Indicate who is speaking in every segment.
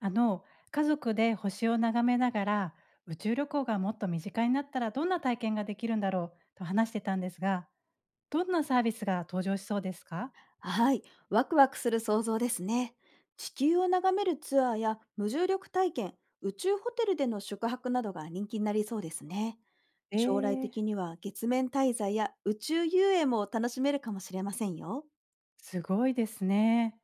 Speaker 1: あの、家族で星を眺めながら、宇宙旅行がもっと身近になったらどんな体験ができるんだろうと話してたんですが、どんなサービスが登場しそうですか？
Speaker 2: はい、ワクワクする想像ですね。地球を眺めるツアーや無重力体験、宇宙ホテルでの宿泊などが人気になりそうですね。
Speaker 1: え
Speaker 2: 将来
Speaker 1: ー、
Speaker 2: 的には月面滞在や宇宙遊泳も楽しめるかもしれませんよ。
Speaker 1: すごいですね。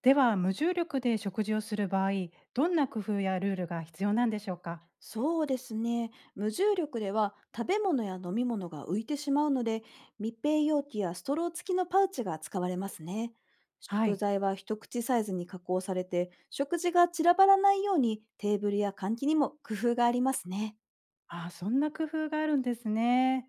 Speaker 1: では、無重力で食事をする場合、どんな工夫やルールが必要なんでしょうか？
Speaker 2: そうですね。無重力では食べ物や飲み物が浮いてしまうので、密閉容器やストロー付きのパウチが使われますね。
Speaker 1: は
Speaker 2: 食
Speaker 1: い。
Speaker 2: 材は一口サイズに加工されて、食事が散らばらないようにテーブルや換気にも工夫がありますね。
Speaker 1: ああ、そんな工夫があるんですね。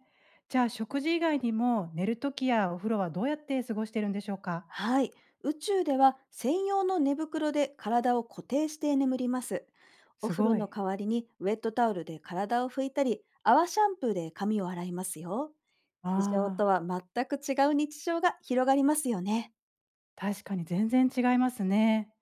Speaker 1: じゃあ、食事以外にも寝るときやお風呂はどうやって過ごしてるんでしょうか？
Speaker 2: はい。宇宙では専用の寝袋で体を固定して眠ります。お
Speaker 1: す
Speaker 2: 風呂
Speaker 1: ごい。
Speaker 2: の代わりにウェットタオルで体を拭いたり、泡シャンプーで髪を洗いますよ。
Speaker 1: あ
Speaker 2: 地上と
Speaker 1: あ、
Speaker 2: は全く違う日常が広がりますよね。
Speaker 1: 確かに全然違いますね。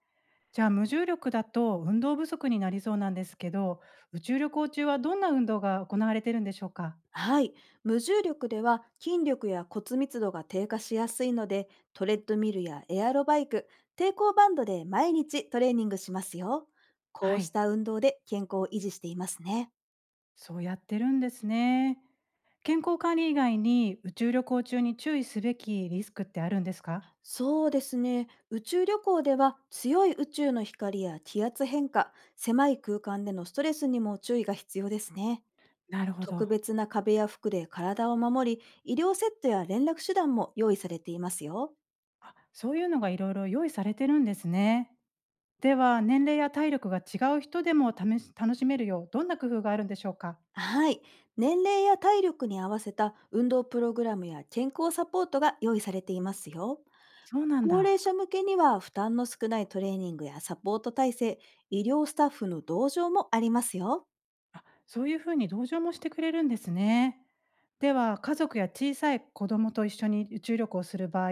Speaker 1: じゃあ無重力だと運動不足になりそうなんですけど、宇宙旅行中はどんな運動が行われてるんでしょうか？
Speaker 2: はい。無重力では筋力や骨密度が低下しやすいので、トレッドミルやエアロバイク、抵抗バンドで毎日トレーニングしますよ。こ
Speaker 1: は
Speaker 2: うし
Speaker 1: い、
Speaker 2: た運動で健康を維持していますね。
Speaker 1: そうやってるんですね。健康管理以外に宇宙旅行中に注意すべきリスクってあるんですか？
Speaker 2: そうですね。宇宙旅行では強い宇宙の光や気圧変化、狭い空間でのストレスにも注意が必要ですね。
Speaker 1: なるほ
Speaker 2: 特
Speaker 1: ど。
Speaker 2: 別な壁や服で体を守り、医療セットや連絡手段も用意されていますよ。
Speaker 1: あ、そういうのがいろいろ用意されてるんですね。では年齢や体力が違う人でも試し楽しめるようどんな工夫があるんでしょうか？
Speaker 2: はい。年齢や体力に合わせた運動プログラムや健康サポートが用意されていますよ。
Speaker 1: そうなん
Speaker 2: 高
Speaker 1: だ。
Speaker 2: 齢者向けには負担の少ないトレーニングやサポート体制、医療スタッフの同乗もありますよ。
Speaker 1: あ、そういう風に同情もしてくれるんですね。では、家族や小さい子供と一緒に宇宙旅行をする場合、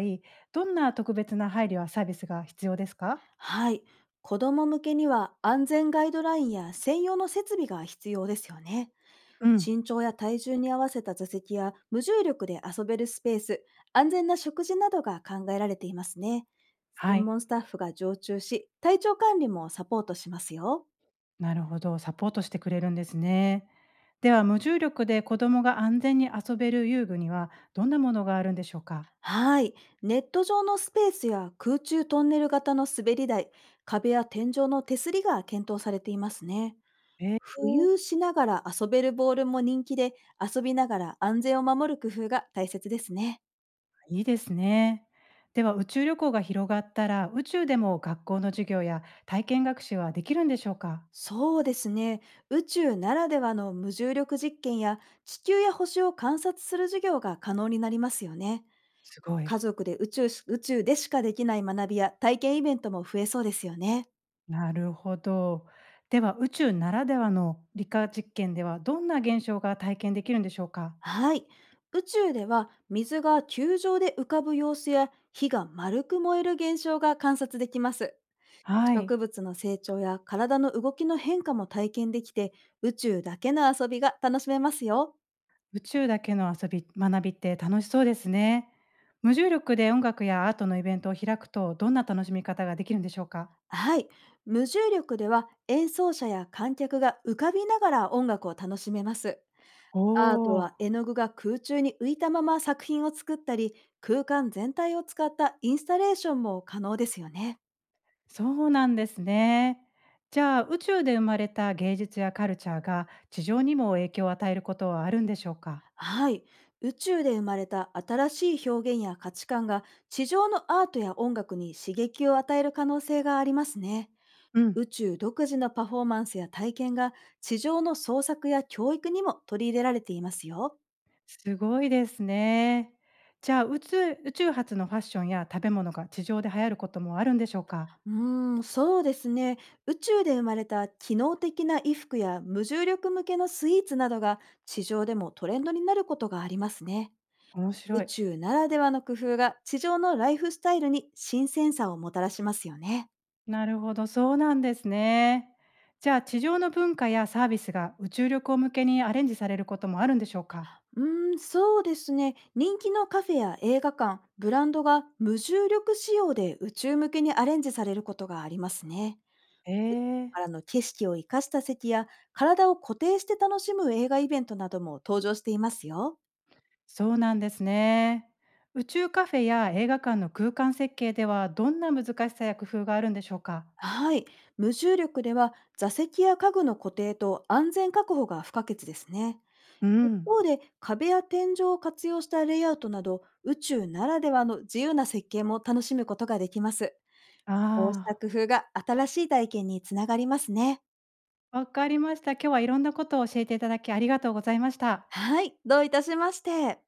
Speaker 1: どんな特別な配慮やサービスが必要ですか？
Speaker 2: はい。子供向けには安全ガイドラインや専用の設備が必要ですよね。
Speaker 1: うん。
Speaker 2: 身長や体重に合わせた座席や無重力で遊べるスペース、安全な食事などが考えられていますね。
Speaker 1: は
Speaker 2: 専
Speaker 1: い、
Speaker 2: 門スタッフが常駐し、体調管理もサポートしますよ。
Speaker 1: なるほど、サポートしてくれるんですね。では、無重力で子供が安全に遊べる遊具にはどんなものがあるんでしょうか？
Speaker 2: はい。ネット上のスペースや空中トンネル型の滑り台、壁や天井の手すりが検討されていますね。
Speaker 1: えー、
Speaker 2: 浮遊しながら遊べるボールも人気で、遊びながら安全を守る工夫が大切ですね。
Speaker 1: いいですね。では、宇宙旅行が広がったら、宇宙でも学校の授業や体験学習はできるんでしょうか？
Speaker 2: そうですね。宇宙ならではの無重力実験や、地球や星を観察する授業が可能になりますよね。
Speaker 1: すごい。
Speaker 2: 家族で宇宙し、宇宙でしかできない学びや体験イベントも増えそうですよね。
Speaker 1: なるほど。では、宇宙ならではの理科実験では、どんな現象が体験できるんでしょうか？
Speaker 2: はい。宇宙では水が球状で浮かぶ様子や、火が丸く燃える現象が観察できます。
Speaker 1: は
Speaker 2: 植
Speaker 1: い。
Speaker 2: 物の成長や体の動きの変化も体験できて、宇宙だけの遊びが楽しめますよ。
Speaker 1: 宇宙だけの遊び学びって楽しそうですね。無重力で音楽やアートのイベントを開くと、どんな楽しみ方ができるんでしょうか？
Speaker 2: はい。無重力では演奏者や観客が浮かびながら音楽を楽しめます。
Speaker 1: お
Speaker 2: アート
Speaker 1: お、
Speaker 2: は絵の具が空中に浮いたまま作品を作ったり、空間全体を使ったインスタレーションも可能ですよね。
Speaker 1: そうなんですね。じゃあ、宇宙で生まれた芸術やカルチャーが、地上にも影響を与えることはあるんでしょうか？
Speaker 2: はい。宇宙で生まれた新しい表現や価値観が、地上のアートや音楽に刺激を与える可能性がありますね。
Speaker 1: うん。
Speaker 2: 宇宙独自のパフォーマンスや体験が、地上の創作や教育にも取り入れられていますよ。
Speaker 1: すごいですね。じゃあ、宇宙発のファッションや食べ物が地上で流行ることもあるんでしょうか？
Speaker 2: うーん、そうですね。宇宙で生まれた機能的な衣服や無重力向けのスイーツなどが、地上でもトレンドになることがありますね。
Speaker 1: 面
Speaker 2: 宇
Speaker 1: 白い。
Speaker 2: 宙ならではの工夫が、地上のライフスタイルに新鮮さをもたらしますよね。
Speaker 1: なるほど、そうなんですね。じゃあ、地上の文化やサービスが宇宙旅行向けにアレンジされることもあるんでしょうか？
Speaker 2: うーん、そうですね。人気のカフェや映画館、ブランドが無重力仕様で宇宙向けにアレンジされることがありますね。
Speaker 1: ええ、
Speaker 2: からの景色を生かした席や、体を固定して楽しむ映画イベントなども登場していますよ。
Speaker 1: そうなんですね。宇宙カフェや映画館の空間設計では、どんな難しさや工夫があるんでしょうか？
Speaker 2: はい。無重力では座席や家具の固定と安全確保が不可欠ですね。
Speaker 1: う
Speaker 2: 一
Speaker 1: ん。
Speaker 2: 方で、壁や天井を活用したレイアウトなど、宇宙ならではの自由な設計も楽しむことができます。こうし
Speaker 1: あ
Speaker 2: た工夫が新しい体験につながりますね。
Speaker 1: あ、わかりました。今日はいろんなことを教えていただきありがとうございました。
Speaker 2: はい。どういたしまして。